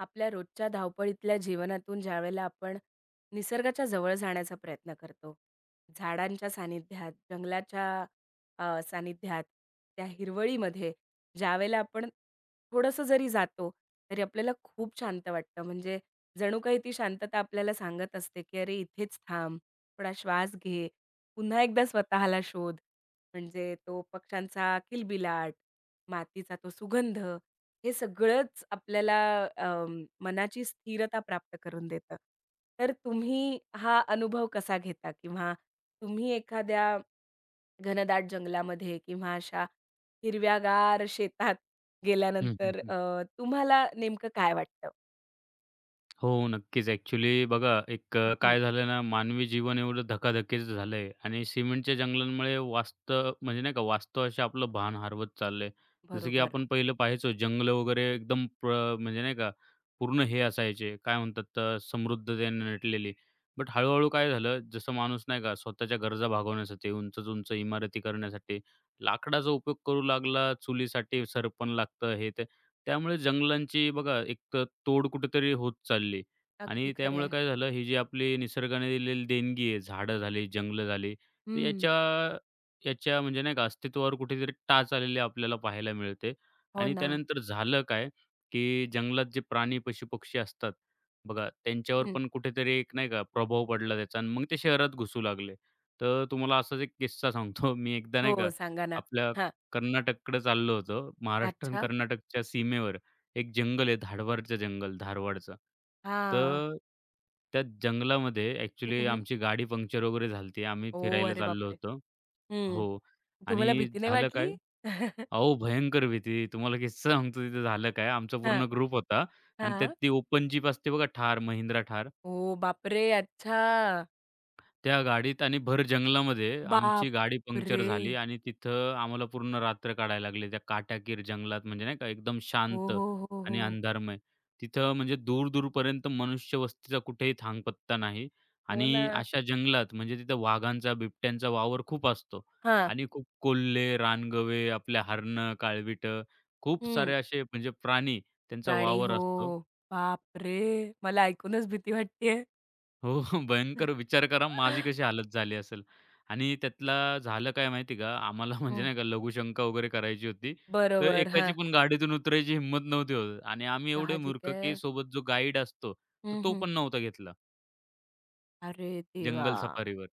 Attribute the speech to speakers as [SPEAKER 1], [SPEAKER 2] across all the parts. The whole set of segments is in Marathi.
[SPEAKER 1] आपल्या रोजच्या धावपळीतल्या जीवनातून ज्यावेळेला आपण निसर्गाच्या जवळ जाण्याचा प्रयत्न करतो, झाडांच्या सानिध्यात, जंगलाच्या सानिध्यात, त्या हिरवळीमध्ये ज्यावेळेला आपण थोडंसं जरी जातो, तरी आपल्याला खूप शांत वाटतं. म्हणजे जणू काही ती शांतता आपल्याला सांगत असते, की "अरे इथेच थांब, थोडा श्वास घे, पुन्हा एकदा स्वतःला शोध." म्हणजे तो पक्ष्यांचा किलबिलाट, मातीचा तो सुगंध हे सगळंच आपल्याला मनाची स्थिरता प्राप्त करून देतं. तर तुम्ही हा अनुभव कसा घेता? किंवा तुम्ही एखाद्या घनदाट जंगलामध्ये किंवा अशा हिरव्यागार शेतात
[SPEAKER 2] हं, हं,
[SPEAKER 1] गेल्यानंतर
[SPEAKER 2] हं.
[SPEAKER 1] तुम्हाला नेमकं काय वाटतं?
[SPEAKER 2] हो, नक्कीच. ॲक्चुअली बघा,
[SPEAKER 1] हं.
[SPEAKER 2] काय झालं ना, मानवी जीवन एवढं धकाधकीचं झालंय आणि सिमेंटच्या जंगलांमुळे वास्तव म्हणजे नाही का, वास्तवाशी आपलं भान हरवत चाललंय. जसं की
[SPEAKER 1] बरोबर.
[SPEAKER 2] आपण पहिलं पाहायचो जंगलं वगैरे एकदम म्हणजे नाही का, पूर्ण हे असायचे, काय म्हणतात, समृद्धतेने नटलेली. बट हळू काय झालं, जसं माणूस नाही का, स्वतःच्या गरजा भागवण्यासाठी, उंच-उंच इमारती करण्यासाठी लाकडाचा उपयोग करू लागला, चुलीसाठी सरपण लागतं, हे ते. त्यामुळे जंगलांची बघा, एक तोड कुठेतरी होत चालली
[SPEAKER 1] अगदी
[SPEAKER 2] आणि
[SPEAKER 1] खरं
[SPEAKER 2] त्यामुळे
[SPEAKER 1] आहे.
[SPEAKER 2] काय झालं, ही जी आपली निसर्गाने दिलेली देणगी आहे, झाडं झाली, जंगलं झाली, तर
[SPEAKER 1] हं.
[SPEAKER 2] याच्या याच्या म्हणजे नाही का अस्तित्वावर कुठेतरी टाच आलेली आपल्याला पाहायला मिळते.
[SPEAKER 1] हो
[SPEAKER 2] आणि
[SPEAKER 1] ना.
[SPEAKER 2] त्यानंतर झालं काय, की जंगलात जे प्राणी, पशु-पक्षी असतात बघा, त्यांच्यावर
[SPEAKER 1] हं.
[SPEAKER 2] पण कुठेतरी एक नाही का प्रभाव पडला त्याचा आणि मग ते शहरात घुसू लागले. तर तुम्हाला असाच एक किस्सा सांगतो. मी एकदा नाही
[SPEAKER 1] हो,
[SPEAKER 2] का
[SPEAKER 1] सांगा ना.
[SPEAKER 2] आपल्या
[SPEAKER 1] हां.
[SPEAKER 2] कर्नाटककडे चाललो होतो. महाराष्ट्र आणि
[SPEAKER 1] अच्छा.
[SPEAKER 2] कर्नाटकच्या सीमेवर एक जंगल आहे धाडवरचं जंगल, धारवाडचं.
[SPEAKER 1] हां.
[SPEAKER 2] तर त्या जंगलामध्ये
[SPEAKER 1] हं,
[SPEAKER 2] ॲक्चुअली
[SPEAKER 1] हं.
[SPEAKER 2] आमची गाडी पंक्चर वगैरे झाली होती. आम्ही
[SPEAKER 1] ओह!
[SPEAKER 2] फिरायला
[SPEAKER 1] अरे
[SPEAKER 2] चाललो
[SPEAKER 1] बापरे!
[SPEAKER 2] होतो.
[SPEAKER 1] हं.
[SPEAKER 2] हो.
[SPEAKER 1] तुम्हाला
[SPEAKER 2] आणि
[SPEAKER 1] भीती नाही
[SPEAKER 2] झालं
[SPEAKER 1] वाटली?
[SPEAKER 2] काय? अहो, भयंकर भीती. तुम्हाला किस्सा सांगतो तिथे झालं काय? आमचा
[SPEAKER 1] हां.
[SPEAKER 2] पूर्ण ग्रुप होता आणि त्यात
[SPEAKER 1] हां.
[SPEAKER 2] ती ओपन जीप असते बघा, Thar, Mahindra Thar.
[SPEAKER 1] ओह बापरे! अच्छा.
[SPEAKER 2] त्या गाडीत आणि भर जंगलामध्ये आमची गाडी पंक्चर
[SPEAKER 1] बापरे!
[SPEAKER 2] झाली आणि तिथं आम्हाला पूर्ण रात्र काढायला लागली. त्या काट्याकीर जंगलात म्हणजे नाही का एकदम
[SPEAKER 1] हो,
[SPEAKER 2] शांत
[SPEAKER 1] हो, हो,
[SPEAKER 2] आणि
[SPEAKER 1] हो.
[SPEAKER 2] अंधारमय. तिथं म्हणजे दूर-दूरपर्यंत मनुष्यवस्तीचा कुठेही थांगपत्ता नाही
[SPEAKER 1] हो ना.
[SPEAKER 2] आणि अशा जंगलात म्हणजे तिथं वाघांचा, बिबट्यांचा वावर खूप असतो
[SPEAKER 1] हां.
[SPEAKER 2] आणि खूप कोल्हे, रानगवे, आपल्या हरणं, काळविटं खूप
[SPEAKER 1] हं.
[SPEAKER 2] सारे असे म्हणजे प्राणी त्यांचा
[SPEAKER 1] प्राणी
[SPEAKER 2] वावर
[SPEAKER 1] हो.
[SPEAKER 2] असतो.
[SPEAKER 1] बापरे! मला ऐकूनच भीती वाटतेय.
[SPEAKER 2] हो, हो. भयंकर विचार करा माझी कशी हालत झाली असेल आणि त्यातला झालं काय माहिती आहे का, आम्हाला म्हणजे
[SPEAKER 1] हं.
[SPEAKER 2] नाही का लघुशंका वगैरे करायची होती. तर
[SPEAKER 1] बरोबर.
[SPEAKER 2] एकाची
[SPEAKER 1] हां.
[SPEAKER 2] पण गाडीतून उतरायची हिंमत नव्हती होत आणि आम्ही एवढे
[SPEAKER 1] साहजिक
[SPEAKER 2] मूर्ख,
[SPEAKER 1] आहे.
[SPEAKER 2] की सोबत जो गाईड असतो, तर
[SPEAKER 1] हं,
[SPEAKER 2] तो
[SPEAKER 1] हं.
[SPEAKER 2] पण नव्हता घेतला
[SPEAKER 1] अरे देवा!
[SPEAKER 2] जंगल सफारीवर.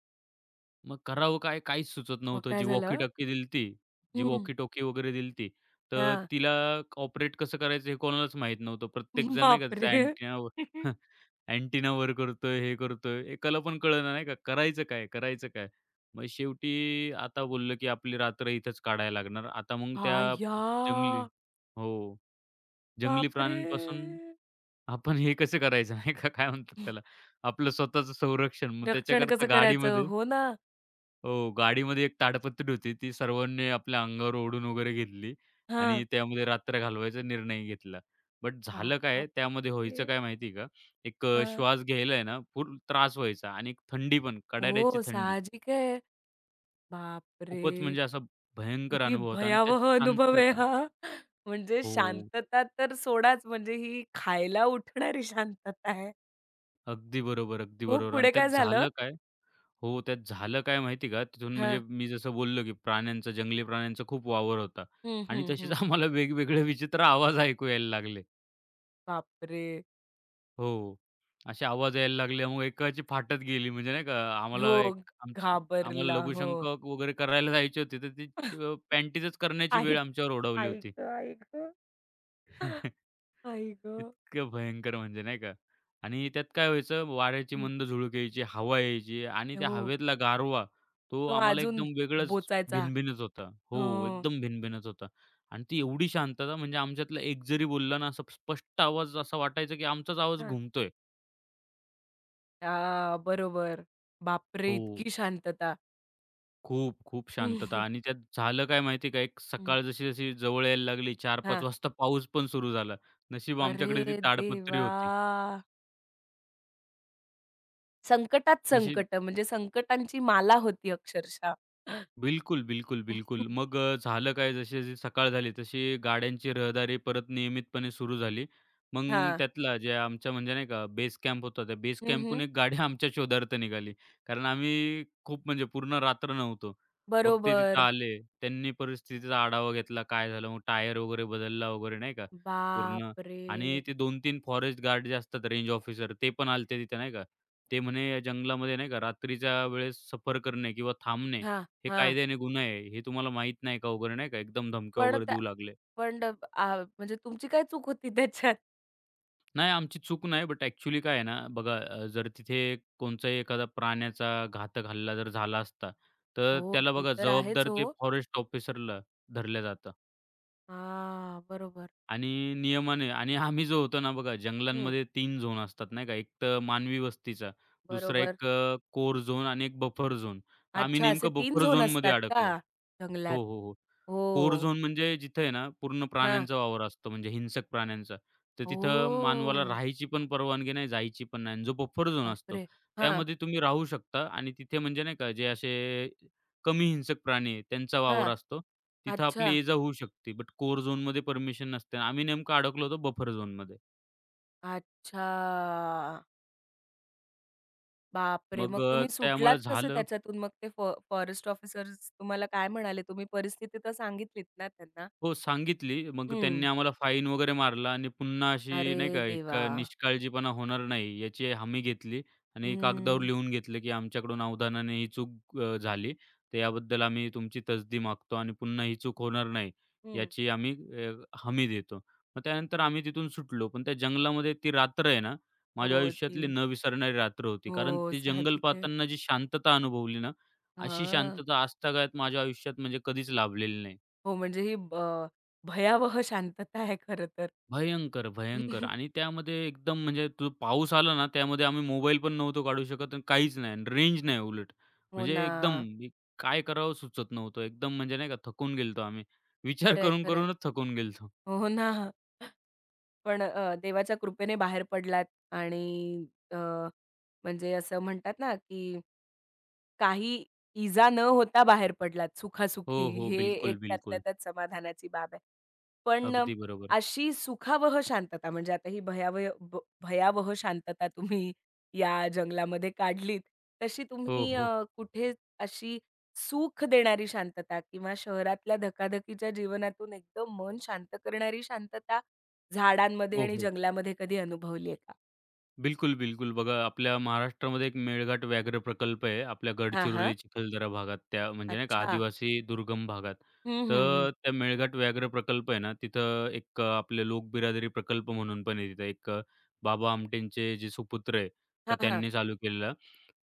[SPEAKER 2] मग करावं काय, काहीच सुचत
[SPEAKER 1] मग
[SPEAKER 2] नव्हतं.
[SPEAKER 1] काय झालं?
[SPEAKER 2] जी
[SPEAKER 1] हं.
[SPEAKER 2] वॉकी-टॉकी वगैरे दिलती, तर
[SPEAKER 1] हां.
[SPEAKER 2] तिला ऑपरेट कसं करायचं हे कोणालाच माहीत नव्हतं. प्रत्येकजण नाही का त्याचा
[SPEAKER 1] बापरे!
[SPEAKER 2] अँटेनावर अँटिना वर करतोय, हे करतोय. एकाला पण कळेना नाही का, करायचं काय? करायचं काय? मग शेवटी आता बोललं, की आपली रात्र इथेच काढायला लागणार. आता मग त्या
[SPEAKER 1] अय्या!
[SPEAKER 2] जंगली हो, जंगली
[SPEAKER 1] बापरे!
[SPEAKER 2] प्राण्यांपासून आपण हे कसं करायचं नाही का, काय म्हणतात त्याला, आपलं स्वतःचं संरक्षण. मग
[SPEAKER 1] रक्षण कसं
[SPEAKER 2] त्याच्याकरता
[SPEAKER 1] करायचं?
[SPEAKER 2] गाडीमध्ये
[SPEAKER 1] हो ना.
[SPEAKER 2] हो, गाडीमध्ये एक ताडपत्री होती. ती सर्वांनी आपल्या अंगावर ओढून वगैरे घेतली
[SPEAKER 1] हां.
[SPEAKER 2] आणि त्यामध्ये रात्र घालवायचा निर्णय घेतला. बट झालं काय, त्यामध्ये व्हायचं
[SPEAKER 1] बापरे!
[SPEAKER 2] काय माहिती का?
[SPEAKER 1] हां.
[SPEAKER 2] श्वास घ्यायला आहे ना, फुल त्रास व्हायचा आणि एक थंडी पण कडाड्याची
[SPEAKER 1] हो,
[SPEAKER 2] थंडी.
[SPEAKER 1] साहजिक आहे. बापरे!
[SPEAKER 2] खूपच म्हणजे असा भयंकर
[SPEAKER 1] किती
[SPEAKER 2] अनुभव होता आणि त्यात
[SPEAKER 1] भयावह अनुभव आहे
[SPEAKER 2] शांतता
[SPEAKER 1] हा. म्हणजे
[SPEAKER 2] हो,
[SPEAKER 1] शांतता तर सोडाच, म्हणजे ही खायला उठणारी शांतता आहे.
[SPEAKER 2] अगदी बरोबर, अगदी
[SPEAKER 1] मग
[SPEAKER 2] बरोबर. आणि
[SPEAKER 1] पुढे काय
[SPEAKER 2] त्यात
[SPEAKER 1] झालं?
[SPEAKER 2] झालं काय हो, त्यात झालं काय माहिती का? तिथून म्हणजे
[SPEAKER 1] हां.
[SPEAKER 2] मी जसं बोललो, की प्राण्यांचा, जंगली प्राण्यांचा खूप वावर होता
[SPEAKER 1] हं,
[SPEAKER 2] आणि
[SPEAKER 1] हं,
[SPEAKER 2] तसेच
[SPEAKER 1] हं.
[SPEAKER 2] आम्हाला वेगवेगळे विचित्र आवाज ऐकू यायला लागले.
[SPEAKER 1] बापरे!
[SPEAKER 2] हो. असे आवाज यायला लागल्यामुळे एकाची फाटत गेली म्हणजे नाही का
[SPEAKER 1] हो,
[SPEAKER 2] आम्हाला एक आमची आम्हाला
[SPEAKER 1] घाबरला. हो.
[SPEAKER 2] लघुशंक वगैरे करायला जायची होती, तर ती पॅन्टीजच करण्याची
[SPEAKER 1] आई
[SPEAKER 2] वेळ आमच्यावर ओढावली
[SPEAKER 1] आई
[SPEAKER 2] होती.
[SPEAKER 1] गं! आई गं! आई गं!
[SPEAKER 2] इतकं भयंकर म्हणजे नाही का आणि त्यात काय व्हायचं वाऱ्याची
[SPEAKER 1] हं.
[SPEAKER 2] मंद झुळूक यायची, हवा यायची आणि त्या
[SPEAKER 1] हो,
[SPEAKER 2] हवेतला गारवा तो
[SPEAKER 1] तो
[SPEAKER 2] आम्हाला
[SPEAKER 1] अजून
[SPEAKER 2] एकदम वेगळाच
[SPEAKER 1] बोचायचा.
[SPEAKER 2] भिनभिनत होता. हो,
[SPEAKER 1] हं.
[SPEAKER 2] एकदम भिनभिनत होता आणि ती एवढी शांतता म्हणजे आमच्यातला एक जरी बोलला ना असा स्पष्ट आवाज असा वाटायचा की आमचाच आवाज घुमतोय.
[SPEAKER 1] बरोबर. बापरे!
[SPEAKER 2] हो.
[SPEAKER 1] इतकी शांतता.
[SPEAKER 2] खूप, खूप शांतता आणि त्यात झालं काय माहिती का, एक
[SPEAKER 1] हं.
[SPEAKER 2] सकाळ जशी-जशी जवळ यायला लागली 4-5
[SPEAKER 1] हां.
[SPEAKER 2] वाजता पाऊस पण सुरू झाला. नशीब आमच्याकडे ती
[SPEAKER 1] अरे
[SPEAKER 2] ताडपत्री
[SPEAKER 1] देवा!
[SPEAKER 2] होती.
[SPEAKER 1] संकटात
[SPEAKER 2] नशीब
[SPEAKER 1] संकट म्हणजे संकटांची माला होती अक्षरशः.
[SPEAKER 2] बिलकुल, बिलकुल, बिलकुल. मग झालं काय जशी-जशी सकाळ झाली तशी गाड्यांची रहदारी परत नियमितपणे सुरू झाली. मग
[SPEAKER 1] हां.
[SPEAKER 2] त्यातला जे आमच्या म्हणजे नाही का बेस कॅम्प होता, त्या बेस कॅम्पहून
[SPEAKER 1] हं,
[SPEAKER 2] एक गाडी आमच्या शोधार्थ निघाली. कारण आम्ही खूप म्हणजे पूर्ण रात्र नव्हतो. मग ते तिथं
[SPEAKER 1] बरोबर.
[SPEAKER 2] आले. त्यांनी परिस्थितीचा आढावा घेतला, काय झालं मग टायर वगैरे बदलला वगैरे नाही का पूर्ण
[SPEAKER 1] बापरे!
[SPEAKER 2] आणि ते 2-3 फॉरेस्ट गार्ड जे असतात रेंज ऑफिसर ते पण आले तिथे नाही का. ते म्हणे या जंगलामध्ये नाही का रात्रीच्या वेळेस सफर करणे किंवा थांबणे
[SPEAKER 1] हां,
[SPEAKER 2] हे
[SPEAKER 1] हां.
[SPEAKER 2] कायद्याने गुन्हा आहे. हे तुम्हाला माहीत नाही का वगैरे नाही का एकदम धमक्या
[SPEAKER 1] पण
[SPEAKER 2] वगैरे
[SPEAKER 1] त्या
[SPEAKER 2] देऊ लागले.
[SPEAKER 1] पण ड- आ, म्हणजे तुमची काय चूक होती त्याच्यात?
[SPEAKER 2] नाही आमची चूक नाही बट ॲक्चुअली काय आहे ना बघा जर तिथे कोणचाही एखादा प्राण्याचा घातक हल्ला जर झाला असता, तर
[SPEAKER 1] हो,
[SPEAKER 2] त्याला
[SPEAKER 1] ते
[SPEAKER 2] बघा
[SPEAKER 1] तर आहेच
[SPEAKER 2] जबाबदार
[SPEAKER 1] हो.
[SPEAKER 2] ते फॉरेस्ट ऑफिसरला धरलं जातं
[SPEAKER 1] हां, बरोबर.
[SPEAKER 2] आणि नियमाने आणि आम्ही जो होतो ना बघा
[SPEAKER 1] हं.
[SPEAKER 2] जंगलांमध्ये 3 झोन असतात नाही का. एक तर मानवी वस्तीचा, दुसरा
[SPEAKER 1] बरोबर.
[SPEAKER 2] एक कोर झोन आणि एक बफर झोन. तर आम्ही
[SPEAKER 1] अच्छा, असे
[SPEAKER 2] नेमकं
[SPEAKER 1] 3
[SPEAKER 2] बफर
[SPEAKER 1] झोन
[SPEAKER 2] झोनमध्ये
[SPEAKER 1] असतात का
[SPEAKER 2] अडकलो.
[SPEAKER 1] जंगलात?
[SPEAKER 2] हो, हो, हो. कोर
[SPEAKER 1] हो.
[SPEAKER 2] झोन म्हणजे जिथे आहे ना, पूर्ण
[SPEAKER 1] हां.
[SPEAKER 2] प्राण्यांचा वावर असतो म्हणजे हिंसक प्राण्यांचा. तर तिथं मानवाला
[SPEAKER 1] ओह!
[SPEAKER 2] राहायची पण परवानगी नाही, जायची पण नाही. आणि जो बफर झोन असतो,
[SPEAKER 1] बापरे! हां,
[SPEAKER 2] त्यामध्ये तुम्ही राहू शकता आणि तिथे म्हणजे नाही का, जे असे कमी हिंसक प्राणी आहेत, त्यांचा वावर
[SPEAKER 1] हां.
[SPEAKER 2] असतो. तिथं
[SPEAKER 1] अच्छा,
[SPEAKER 2] आपली ये-जा होऊ शकते. बट कोर झोनमध्ये परमिशन नसते. आम्ही नेमकं अडकलो होतो बफर झोनमध्ये.
[SPEAKER 1] अच्छा. बापरे!
[SPEAKER 2] मग
[SPEAKER 1] मग
[SPEAKER 2] अ,
[SPEAKER 1] तुम्ही सुटलात
[SPEAKER 2] त्यामुळे
[SPEAKER 1] कसे
[SPEAKER 2] झालं
[SPEAKER 1] त्याच्यातून? मग ते फॉरेस्ट ऑफिसर्स तुम्हाला काय म्हणाले? तुम्ही परिस्थिती तर सांगितलीत ना त्यांना?
[SPEAKER 2] हो, सांगितली. मग
[SPEAKER 1] हं.
[SPEAKER 2] त्यांनी आम्हाला फाईन वगैरे मारला आणि पुन्हा अशी
[SPEAKER 1] अरे
[SPEAKER 2] नाही का
[SPEAKER 1] देवा!
[SPEAKER 2] निष्काळजीपणा होणार नाही याची हमी घेतली आणि कागदावर
[SPEAKER 1] हं,
[SPEAKER 2] लिहून घेतलं, की आमच्याकडून अवधानाने ही चूक झाली. तर याबद्दल आम्ही तुमची तसदी मागतो आणि पुन्हा ही चूक होणार नाही
[SPEAKER 1] हं.
[SPEAKER 2] याची आम्ही अ, हमी देतो. मग त्यानंतर आम्ही तिथून सुटलो. पण त्या जंगलामध्ये ती रात्र आहे ना, माझ्या
[SPEAKER 1] हो,
[SPEAKER 2] आयुष्यातली
[SPEAKER 1] ती
[SPEAKER 2] न विसरणारी रात्र होती. कारण
[SPEAKER 1] हो,
[SPEAKER 2] ते जंगल
[SPEAKER 1] साहजिक आहे.
[SPEAKER 2] पाहताना जी शांतता अनुभवली ना, अशी
[SPEAKER 1] हां.
[SPEAKER 2] शांतता आजतागायत माझ्या आयुष्यात म्हणजे कधीच लाभलेली नाही.
[SPEAKER 1] हो, म्हणजे ही ब भयावह शांतता आहे खरं तर.
[SPEAKER 2] भयंकर, भयंकर आणि त्यामध्ये एकदम म्हणजे तो पाऊस आला ना, त्यामध्ये आम्ही मोबाईल पण नव्हतो काढू शकत आणि काहीच नाही आणि रेंज नाही उलट.
[SPEAKER 1] हो
[SPEAKER 2] म्हणजे
[SPEAKER 1] ना.
[SPEAKER 2] एकदम एक काय करावं सुचत नव्हतं. एकदम म्हणजे नाही का थकून गेलतो आम्ही. विचार
[SPEAKER 1] खरं आहे, खरं आहे.
[SPEAKER 2] करून-करूनच थकून गेलतो.
[SPEAKER 1] हो ना. पण देवाच्या कृपेने बाहेर पडलात आणि अ, म्हणजे असं म्हणतात ना, की काही इजा न होता बाहेर पडलात
[SPEAKER 2] हो,
[SPEAKER 1] सुखासुखी.
[SPEAKER 2] हो.
[SPEAKER 1] हे एक
[SPEAKER 2] बिलकुल,
[SPEAKER 1] त्यातल्या
[SPEAKER 2] बिलकुल.
[SPEAKER 1] त्यात समाधानाची बाब आहे. पण
[SPEAKER 2] अगदी बरोबर.
[SPEAKER 1] अशी सुखावह शांतता म्हणजे आता ही भयावह शांतता तुम्ही या जंगलामध्ये काढलीत. तशी
[SPEAKER 2] हो,
[SPEAKER 1] तुम्ही
[SPEAKER 2] हो.
[SPEAKER 1] कुठे अशी सुख देणारी शांतता किंवा शहरातल्या धकाधकीच्या जीवनातून एकदम मन शांत करणारी शांतता झाडांमध्ये
[SPEAKER 2] हो,
[SPEAKER 1] आणि
[SPEAKER 2] हो.
[SPEAKER 1] जंगलामध्ये कधी अनुभवली आहे का?
[SPEAKER 2] बिलकुल, बिलकुल. बघा आपल्या महाराष्ट्रामध्ये एक मेळघाट व्याघ्र प्रकल्प आहे. आपल्या
[SPEAKER 1] हां, हां.
[SPEAKER 2] गडचिरोली, चिखलदरा भागात त्या म्हणजे नाही का
[SPEAKER 1] अच्छा.
[SPEAKER 2] आदिवासी दुर्गम भागात.
[SPEAKER 1] हं, हं, हं.
[SPEAKER 2] तर त्या मेळघाट व्याघ्र प्रकल्प आहे ना, तिथं आपले लोकबिरादरी प्रकल्प म्हणून पण आहे तिथं. बाबा आमटेंचे जे सुपुत्र आहे, तर
[SPEAKER 1] हां, हां.
[SPEAKER 2] त्यांनी चालू केलेला.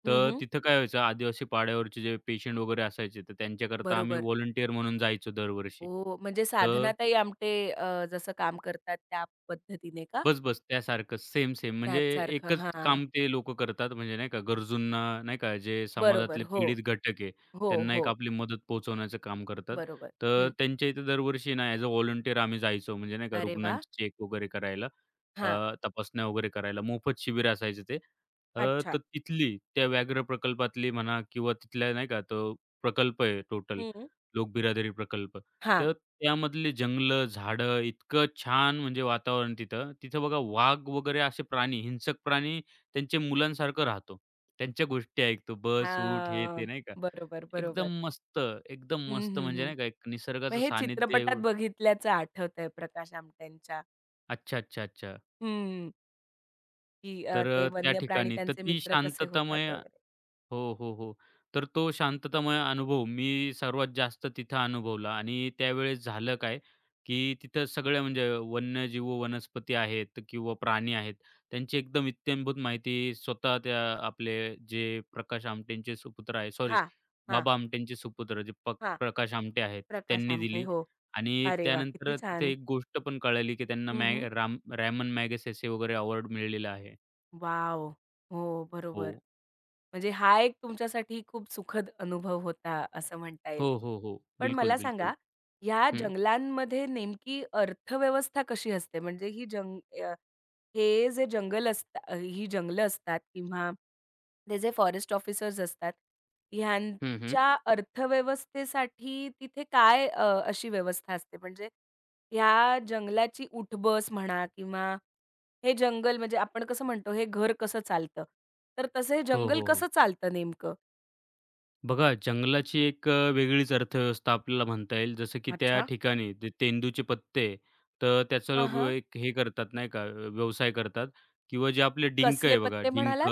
[SPEAKER 1] हं,
[SPEAKER 2] तर
[SPEAKER 1] हं.
[SPEAKER 2] तिथं काय व्हायचं आदिवासी पाड्यावरचे जे पेशंट वगैरे असायचे, तर त्यांच्याकरता आम्ही
[SPEAKER 1] बरोबर.
[SPEAKER 2] व्हॉलंटिअर म्हणून जायचो दरवर्षी.
[SPEAKER 1] हो, म्हणजे
[SPEAKER 2] तर
[SPEAKER 1] साधनाताई आमटे जसं काम करतात त्या पद्धतीने का?
[SPEAKER 2] बस-बस त्यासारखंच सेम-सेम म्हणजे
[SPEAKER 1] त्याचसारखं.
[SPEAKER 2] एकच
[SPEAKER 1] हां.
[SPEAKER 2] काम ते लोकं करतात म्हणजे नाही का गरजूंना नाही का जे
[SPEAKER 1] बरोबर.
[SPEAKER 2] समाजातले
[SPEAKER 1] हो.
[SPEAKER 2] पीडित घटक आहे,
[SPEAKER 1] हो,
[SPEAKER 2] त्यांना
[SPEAKER 1] हो.
[SPEAKER 2] एक आपली मदत पोहोचवण्याचं काम करतात.
[SPEAKER 1] बरोबर.
[SPEAKER 2] तर
[SPEAKER 1] हं.
[SPEAKER 2] त्यांच्या इथे दरवर्षी ना ॲज अ व्हॉलंटिअर आम्ही जायचो म्हणजे नाही का
[SPEAKER 1] अरे वाह!
[SPEAKER 2] रुग्णांची चेक वगैरे करायला,
[SPEAKER 1] हां.
[SPEAKER 2] तपासण्या वगैरे करायला मोफत शिबिर असायचं ते. अ,
[SPEAKER 1] अच्छा.
[SPEAKER 2] तर तिथली त्या व्याघ्र प्रकल्पातली म्हणा किंवा तिथल्या नाही का तो प्रकल्प आहे टोटल
[SPEAKER 1] हं.
[SPEAKER 2] लोकबिरादरी प्रकल्प.
[SPEAKER 1] हां.
[SPEAKER 2] तर त्यामधले जंगलं, झाडं इतकं छान म्हणजे वातावरण तिथं. तिथं बघा वाघ वगैरे असे प्राणी, हिंसक प्राणी त्यांच्या मुलांसारखं राहतो. त्यांच्या गोष्टी ऐकतो. बस, उठ, हे ते
[SPEAKER 1] हां.
[SPEAKER 2] नाही का.
[SPEAKER 1] बरोबर, बरोबर.
[SPEAKER 2] एकदम मस्त, एकदम
[SPEAKER 1] हं,
[SPEAKER 2] मस्त
[SPEAKER 1] हं,
[SPEAKER 2] म्हणजे
[SPEAKER 1] हं.
[SPEAKER 2] नाही का एक
[SPEAKER 1] मग
[SPEAKER 2] निसर्गाचं
[SPEAKER 1] हे
[SPEAKER 2] सानिध्य
[SPEAKER 1] चित्रपटात
[SPEAKER 2] एवढं
[SPEAKER 1] बघितल्याचं आठवतंय प्रकाश आमट्यांच्या.
[SPEAKER 2] अच्छा, अच्छा, अच्छा.
[SPEAKER 1] हं. की ते
[SPEAKER 2] त्या
[SPEAKER 1] वन्यप्राणी
[SPEAKER 2] ठिकाणी तर
[SPEAKER 1] त्यांचे
[SPEAKER 2] ती
[SPEAKER 1] मित्र कसे होतात
[SPEAKER 2] शांततामय
[SPEAKER 1] वगैरे.
[SPEAKER 2] हो, हो, हो. तर तो शांततामय अनुभव मी सर्वात जास्त तिथं अनुभवला आणि त्यावेळेस झालं काय, की तिथं सगळ्या म्हणजे वन्यजीव, वनस्पती आहेत किंवा प्राणी आहेत, त्यांची एकदम इत्थंभूत माहिती स्वतः त्या आपले जे प्रकाश आमटेंचे सुपुत्र आहे, सॉरी
[SPEAKER 1] हा, हा,
[SPEAKER 2] बाबा आमटेंचे सुपुत्र जे प
[SPEAKER 1] हा,
[SPEAKER 2] प्रकाश आमटे आहेत,
[SPEAKER 1] प्रकाश
[SPEAKER 2] त्यांनी
[SPEAKER 1] आमटे.
[SPEAKER 2] दिली.
[SPEAKER 1] हो.
[SPEAKER 2] आणि
[SPEAKER 1] अरे वाह! किती
[SPEAKER 2] त्यानंतर तिथे
[SPEAKER 1] छान.
[SPEAKER 2] एक गोष्ट पण कळाली, की त्यांना
[SPEAKER 1] हं,
[SPEAKER 2] मॅ
[SPEAKER 1] हं.
[SPEAKER 2] राम रॅमन मॅगसेसे वगैरे अवॉर्ड मिळालेला आहे.
[SPEAKER 1] वॉव! हो,
[SPEAKER 2] हो.
[SPEAKER 1] बरोबर. म्हणजे हा एक तुमच्यासाठी खूप सुखद अनुभव होता असं म्हणता येईल.
[SPEAKER 2] हो, हो, हो.
[SPEAKER 1] पण
[SPEAKER 2] बिलकुल,
[SPEAKER 1] मला सांगा,
[SPEAKER 2] बिलकुल.
[SPEAKER 1] ह्या
[SPEAKER 2] हं.
[SPEAKER 1] जंगलांमध्ये नेमकी अर्थव्यवस्था कशी असते? म्हणजे ही जंग अ, हे जे जंगल असतात ही जंगलं असतात किंवा ते जे फॉरेस्ट ऑफिसर्स असतात,
[SPEAKER 2] हं, हं.
[SPEAKER 1] ह्यांच्या अर्थव्यवस्थेसाठी तिथे काय अशी व्यवस्था असते? म्हणजे ह्या जंगलाची उठ म्हणा किंवा हे जंगल म्हणजे आपण कसं म्हणतो, हे घर कसं चालतं? तर तसं हे
[SPEAKER 2] हो,
[SPEAKER 1] जंगल
[SPEAKER 2] हो,
[SPEAKER 1] कसं
[SPEAKER 2] हो.
[SPEAKER 1] चालतं नेमकं?
[SPEAKER 2] बघा जंगलाची वेगळीच अर्थव्यवस्था आपल्याला म्हणता येईल. जसं की त्या
[SPEAKER 1] अच्छा.
[SPEAKER 2] ठिकाणी ते तेंदूचे पत्ते, तर त्याचं
[SPEAKER 1] हां,
[SPEAKER 2] लोक
[SPEAKER 1] हां.
[SPEAKER 2] एक हे करतात नाही का, व्यवसाय करतात किंवा जे आपले डिंक
[SPEAKER 1] कसले
[SPEAKER 2] आहे बघा,
[SPEAKER 1] पत्ते
[SPEAKER 2] डिंक,
[SPEAKER 1] म्हणालात?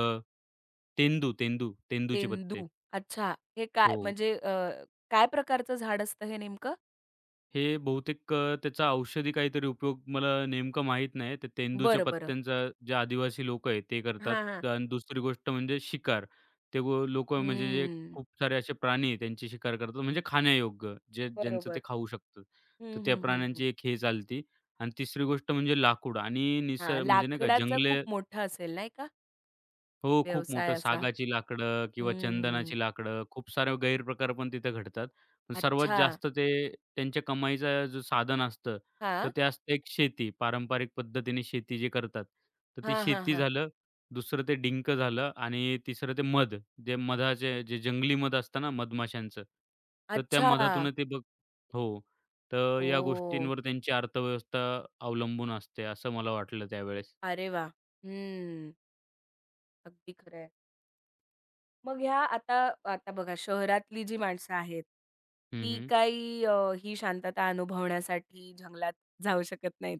[SPEAKER 2] तेंदू, तेंदू, तेंदूचे पत्ते.
[SPEAKER 1] तेंदू. अच्छा. हे काय
[SPEAKER 2] हो.
[SPEAKER 1] म्हणजे अ, काय प्रकारचं झाड असतं हे नेमकं?
[SPEAKER 2] हे बहुतेक त्याचा औषधी काहीतरी उपयोग मला नेमकं माहीत नाही. ते तेंदूच्या
[SPEAKER 1] बरं, बरं.
[SPEAKER 2] पत्त्यांचा जे आदिवासी लोकं आहेत ते
[SPEAKER 1] हां, हां.
[SPEAKER 2] करतात आणि दुसरी गोष्ट म्हणजे शिकार. ते गो म्हणजे जे
[SPEAKER 1] हम्म.
[SPEAKER 2] खूप सारे असे प्राणी आहेत त्यांची शिकार करतात म्हणजे खाण्यायोग्य जे ज्यांचं ते
[SPEAKER 1] बरोबर.
[SPEAKER 2] खाऊ शकतात. तर
[SPEAKER 1] हं,
[SPEAKER 2] त्या
[SPEAKER 1] हं, हं, हं.
[SPEAKER 2] प्राण्यांची एक हे चालती आणि तिसरी गोष्ट म्हणजे लाकूड आणि
[SPEAKER 1] हां,
[SPEAKER 2] निसर्ग म्हणजे नाही का
[SPEAKER 1] लाकडाचा खूप
[SPEAKER 2] जंगले
[SPEAKER 1] मोठा असेल नाही का
[SPEAKER 2] हो, खूप
[SPEAKER 1] व्यवसाय
[SPEAKER 2] मोठं
[SPEAKER 1] असा?
[SPEAKER 2] सागाची लाकडं किंवा
[SPEAKER 1] हम्म.
[SPEAKER 2] चंदनाची लाकडं, खूप सारे गैरप्रकार पण तिथे घडतात. पण सर्वात
[SPEAKER 1] अच्छा.
[SPEAKER 2] जास्त ते त्यांच्या कमाईचा जो साधन असतं, तर
[SPEAKER 1] हां.
[SPEAKER 2] ते असतं एक शेती. पारंपरिक पद्धतीने शेती जे करतात, तर ती
[SPEAKER 1] हां, हां,
[SPEAKER 2] शेती
[SPEAKER 1] हां.
[SPEAKER 2] झालं, दुसरं ते डिंक झालं आणि तिसरं ते मध. जे मधाचे जे जंगली मध असतं ना मधमाशांचं, तर त्या
[SPEAKER 1] अच्छा.
[SPEAKER 2] मधातून ते बघ हो, तर या
[SPEAKER 1] ओह!
[SPEAKER 2] गोष्टींवर त्यांची अर्थव्यवस्था अवलंबून असते, असं मला वाटलं त्यावेळेस.
[SPEAKER 1] अरे वाह! हम्म. अगदी खरं मग ह्या आता आता बघा शहरातली जी माणसं आहेत,
[SPEAKER 2] हं,
[SPEAKER 1] ती
[SPEAKER 2] हं.
[SPEAKER 1] काही अ, ही शांतता अनुभवण्यासाठी जंगलात जाऊ शकत नाहीत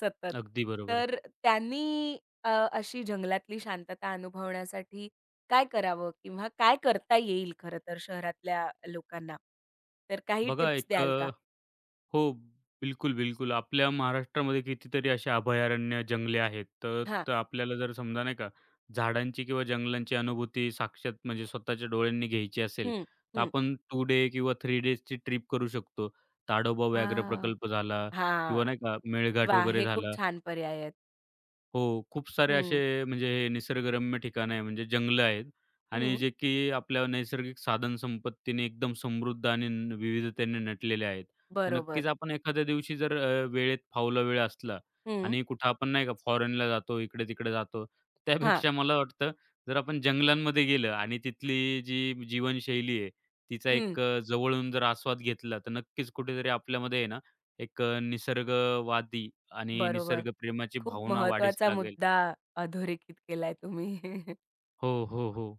[SPEAKER 1] सतत.
[SPEAKER 2] अगदी बरोबर.
[SPEAKER 1] तर त्यांनी अशी जंगलातली शांतता अनुभवण्यासाठी काय करावं किंवा काय करता येईल खरं तर शहरातल्या लोकांना? तर काही
[SPEAKER 2] बघा
[SPEAKER 1] टिप्स
[SPEAKER 2] एक
[SPEAKER 1] द्याल का?
[SPEAKER 2] हो. बिलकुल, बिलकुल. आपल्या महाराष्ट्रामध्ये कितीतरी अशी अभयारण्य, जंगले आहेत. तर
[SPEAKER 1] हां,
[SPEAKER 2] तर आपल्याला जर समजा नाही का, झाडांची किंवा जंगलांची अनुभूती साक्षात म्हणजे स्वतःच्या डोळ्यांनी घ्यायची असेल,
[SPEAKER 1] हं,
[SPEAKER 2] तर
[SPEAKER 1] हं.
[SPEAKER 2] आपण 2 डे किंवा 3 डेजची ट्रिप करू शकतो. ताडोबा व्याघ्र
[SPEAKER 1] हां,
[SPEAKER 2] प्रकल्प झाला किंवा
[SPEAKER 1] हां.
[SPEAKER 2] नाही का मेळघाट
[SPEAKER 1] वाह!
[SPEAKER 2] वगैरे
[SPEAKER 1] हे खूप
[SPEAKER 2] झाला.
[SPEAKER 1] छान पर्याय आहेत.
[SPEAKER 2] हो, खूप सारे असे
[SPEAKER 1] हं,
[SPEAKER 2] म्हणजे हे निसर्गरम्य ठिकाणं आहे, म्हणजे जंगलं आहेत
[SPEAKER 1] हं.
[SPEAKER 2] आणि जे की आपल्या नैसर्गिक साधनसंपत्तीने एकदम समृद्ध आणि न विविधतेने नटलेले आहेत. तर
[SPEAKER 1] बरोबर.
[SPEAKER 2] नक्कीच आपण एखाद्या दिवशी जर वेळेत फावला वेळ असला
[SPEAKER 1] हं,
[SPEAKER 2] आणि कुठं आपण नाही का फॉरेनला जातो, इकडे-तिकडे जातो.
[SPEAKER 1] हां,
[SPEAKER 2] त्यापेक्षा मला वाटतं जर आपण जंगलांमध्ये गेलं आणि तिथली जी जीवनशैली आहे, तिचा
[SPEAKER 1] हं.
[SPEAKER 2] जवळून जर आस्वाद घेतला, तर नक्कीच कुठेतरी आपल्यामध्ये आहे ना, निसर्गवादी आणि
[SPEAKER 1] बरोबर.
[SPEAKER 2] निसर्गप्रेमाची
[SPEAKER 1] खूप
[SPEAKER 2] भावना वाढीस
[SPEAKER 1] महत्वाचा
[SPEAKER 2] लागेल.
[SPEAKER 1] मुद्दा अधोरेखित केलाय तुम्ही.
[SPEAKER 2] हो, हो, हो.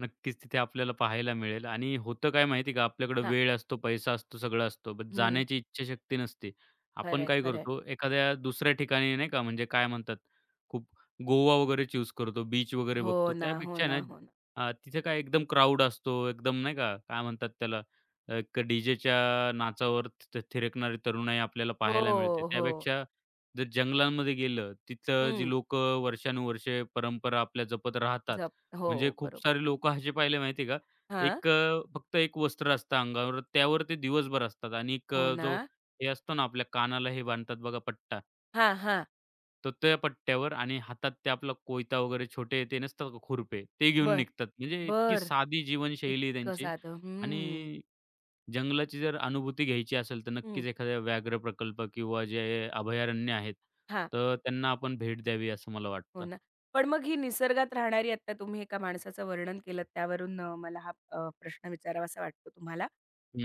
[SPEAKER 2] नक्कीच तिथे आपल्याला पाहायला मिळेल आणि होतं काय माहिती का, आपल्याकडे
[SPEAKER 1] हां.
[SPEAKER 2] वेळ असतो, पैसा असतो, सगळं असतो, बट
[SPEAKER 1] हं.
[SPEAKER 2] जाण्याची इच्छाशक्ती नसते. आपण
[SPEAKER 1] खरंय,
[SPEAKER 2] काय
[SPEAKER 1] खरंय.
[SPEAKER 2] करतो, एखाद्या दुसऱ्या ठिकाणी नाही का, म्हणजे काय म्हणतात, खूप गोवा वगैरे चूज करतो, बीच वगैरे
[SPEAKER 1] हो
[SPEAKER 2] बघतो.
[SPEAKER 1] ना, हो
[SPEAKER 2] त्यापेक्षा
[SPEAKER 1] ना,
[SPEAKER 2] ना
[SPEAKER 1] हो ना.
[SPEAKER 2] तिथे काय एकदम क्राउड असतो, एकदम नाही का, काय म्हणतात त्याला, एक डीजेच्या नाचावर थिरकणारी तरुणाई आपल्याला
[SPEAKER 1] हो,
[SPEAKER 2] पाहायला मिळते.
[SPEAKER 1] हो.
[SPEAKER 2] त्यापेक्षा जर जंगलांमध्ये गेलं, तिथं जी
[SPEAKER 1] हं.
[SPEAKER 2] लोकं वर्षानुवर्षे परंपरा आपल्या जपत राहतात,
[SPEAKER 1] जप हो,
[SPEAKER 2] म्हणजे खूप
[SPEAKER 1] बरोबर.
[SPEAKER 2] सारे लोकं असे पाहिले माहिती आहे का,
[SPEAKER 1] हां.
[SPEAKER 2] फक्त एक वस्त्र असतं अंगावर, त्यावर ते दिवसभर असतात आणि
[SPEAKER 1] हो ना.
[SPEAKER 2] जो हे असतो ना आपल्या कानाला हे बांधतात बघा पट्टा,
[SPEAKER 1] हां, हां.
[SPEAKER 2] तर त्या पट्ट्यावर आणि हातात ते आपला कोयता वगैरे छोटे ते नसतात का खुरपे, ते घेऊन
[SPEAKER 1] बरं.
[SPEAKER 2] निघतात. म्हणजे इतकी
[SPEAKER 1] बरं.
[SPEAKER 2] साधी जीवनशैली आहे
[SPEAKER 1] इतकं
[SPEAKER 2] त्यांची
[SPEAKER 1] साधं. हं,
[SPEAKER 2] आणि जंगलाची जर अनुभूती घ्यायची असेल, तर
[SPEAKER 1] हं.
[SPEAKER 2] नक्कीच एखादा व्याघ्र प्रकल्प किंवा जे अभयारण्य आहेत, तर त्यांना आपण भेट द्यावी असं मला
[SPEAKER 1] हो
[SPEAKER 2] वाटतं.
[SPEAKER 1] ना. पण मग ही निसर्गात राहणारी आत्ता तुम्ही एका माणसाचं वर्णन केलंत त्यावरून मला हा प्रश्न विचारावासा वाटतो तुम्हाला,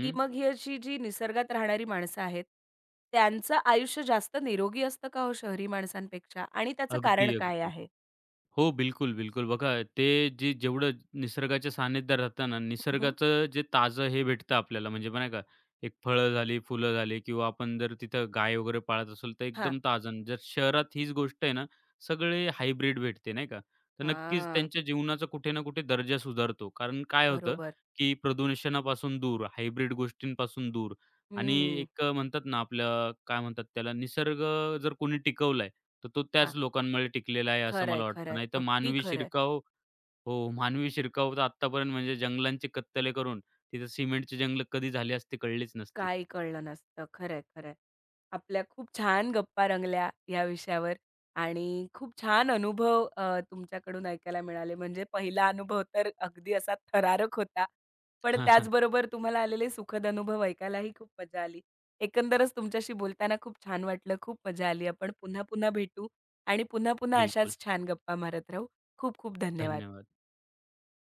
[SPEAKER 1] की मग ही अशी जी निसर्गात राहणारी माणसं आहेत, त्यांचं आयुष्य जास्त निरोगी असतं का हो शहरी माणसांपेक्षा? आणि त्याचं
[SPEAKER 2] अगदी,
[SPEAKER 1] कारण काय
[SPEAKER 2] अगदी.
[SPEAKER 1] आहे?
[SPEAKER 2] हो, बिलकुल, बिलकुल. बघा ते जे जेवढं निसर्गाच्या सानिध्यात राहतं ना,
[SPEAKER 1] हं, हं.
[SPEAKER 2] निसर्गाचं जे ताजं हे भेटतं आपल्याला म्हणजे पण नाही का, एक फळं झाली, फुलं झाली किंवा आपण जर तिथं गाय वगैरे पाळत असेल, तर
[SPEAKER 1] हां.
[SPEAKER 2] एकदम ताजं. आणि जर शहरात हीच गोष्ट आहे ना, सगळे हायब्रिड भेटते नाही का. तर नक्कीच
[SPEAKER 1] हां.
[SPEAKER 2] त्यांच्या जीवनाचा कुठे ना कुठे दर्जा सुधारतो. कारण काय होतं,
[SPEAKER 1] बरोबर.
[SPEAKER 2] की प्रदूषणापासून दूर, हायब्रिड गोष्टींपासून दूर आणि
[SPEAKER 1] हं.
[SPEAKER 2] एक म्हणतात ना, आपलं काय म्हणतात त्याला, निसर्ग जर कोणी टिकवला तर तो
[SPEAKER 1] हां.
[SPEAKER 2] त्याच लोकांमुळे टिकलेला आहे असं
[SPEAKER 1] खरंय,
[SPEAKER 2] मला वाटतं.
[SPEAKER 1] खरंय.
[SPEAKER 2] नाहीतर
[SPEAKER 1] अगदी
[SPEAKER 2] मानवी
[SPEAKER 1] खरंय.
[SPEAKER 2] शिरकाव हो, मानवी शिरकाव तर आत्तापर्यंत म्हणजे जंगलांची कत्तले करून तिथं सिमेंटची जंगल कधी झाली असती कळलीच नसती.
[SPEAKER 1] काही कळलं नसतं. खरंय, खरंय. आपल्या खूप छान गप्पा रंगल्या या विषयावर आणि खूप छान अनुभव तुमच्याकडून ऐकायला मिळाले. म्हणजे पहिला अनुभव तर अगदी असा थरारक होता. पण त्याचबरोबर तुम्हाला आलेले सुखद अनुभव ऐकायलाही खूप मजा आली. एकंदरच तुमच्याशी बोलताना खूप छान वाटलं. खूप मजा आली. आपण पुन्हा-पुन्हा भेटू आणि पुन्हा-पुन्हा
[SPEAKER 2] बिलकुल.
[SPEAKER 1] अशाच छान गप्पा मारत राहू. खूप-खूप धन्यवाद.
[SPEAKER 2] धन्यवाद.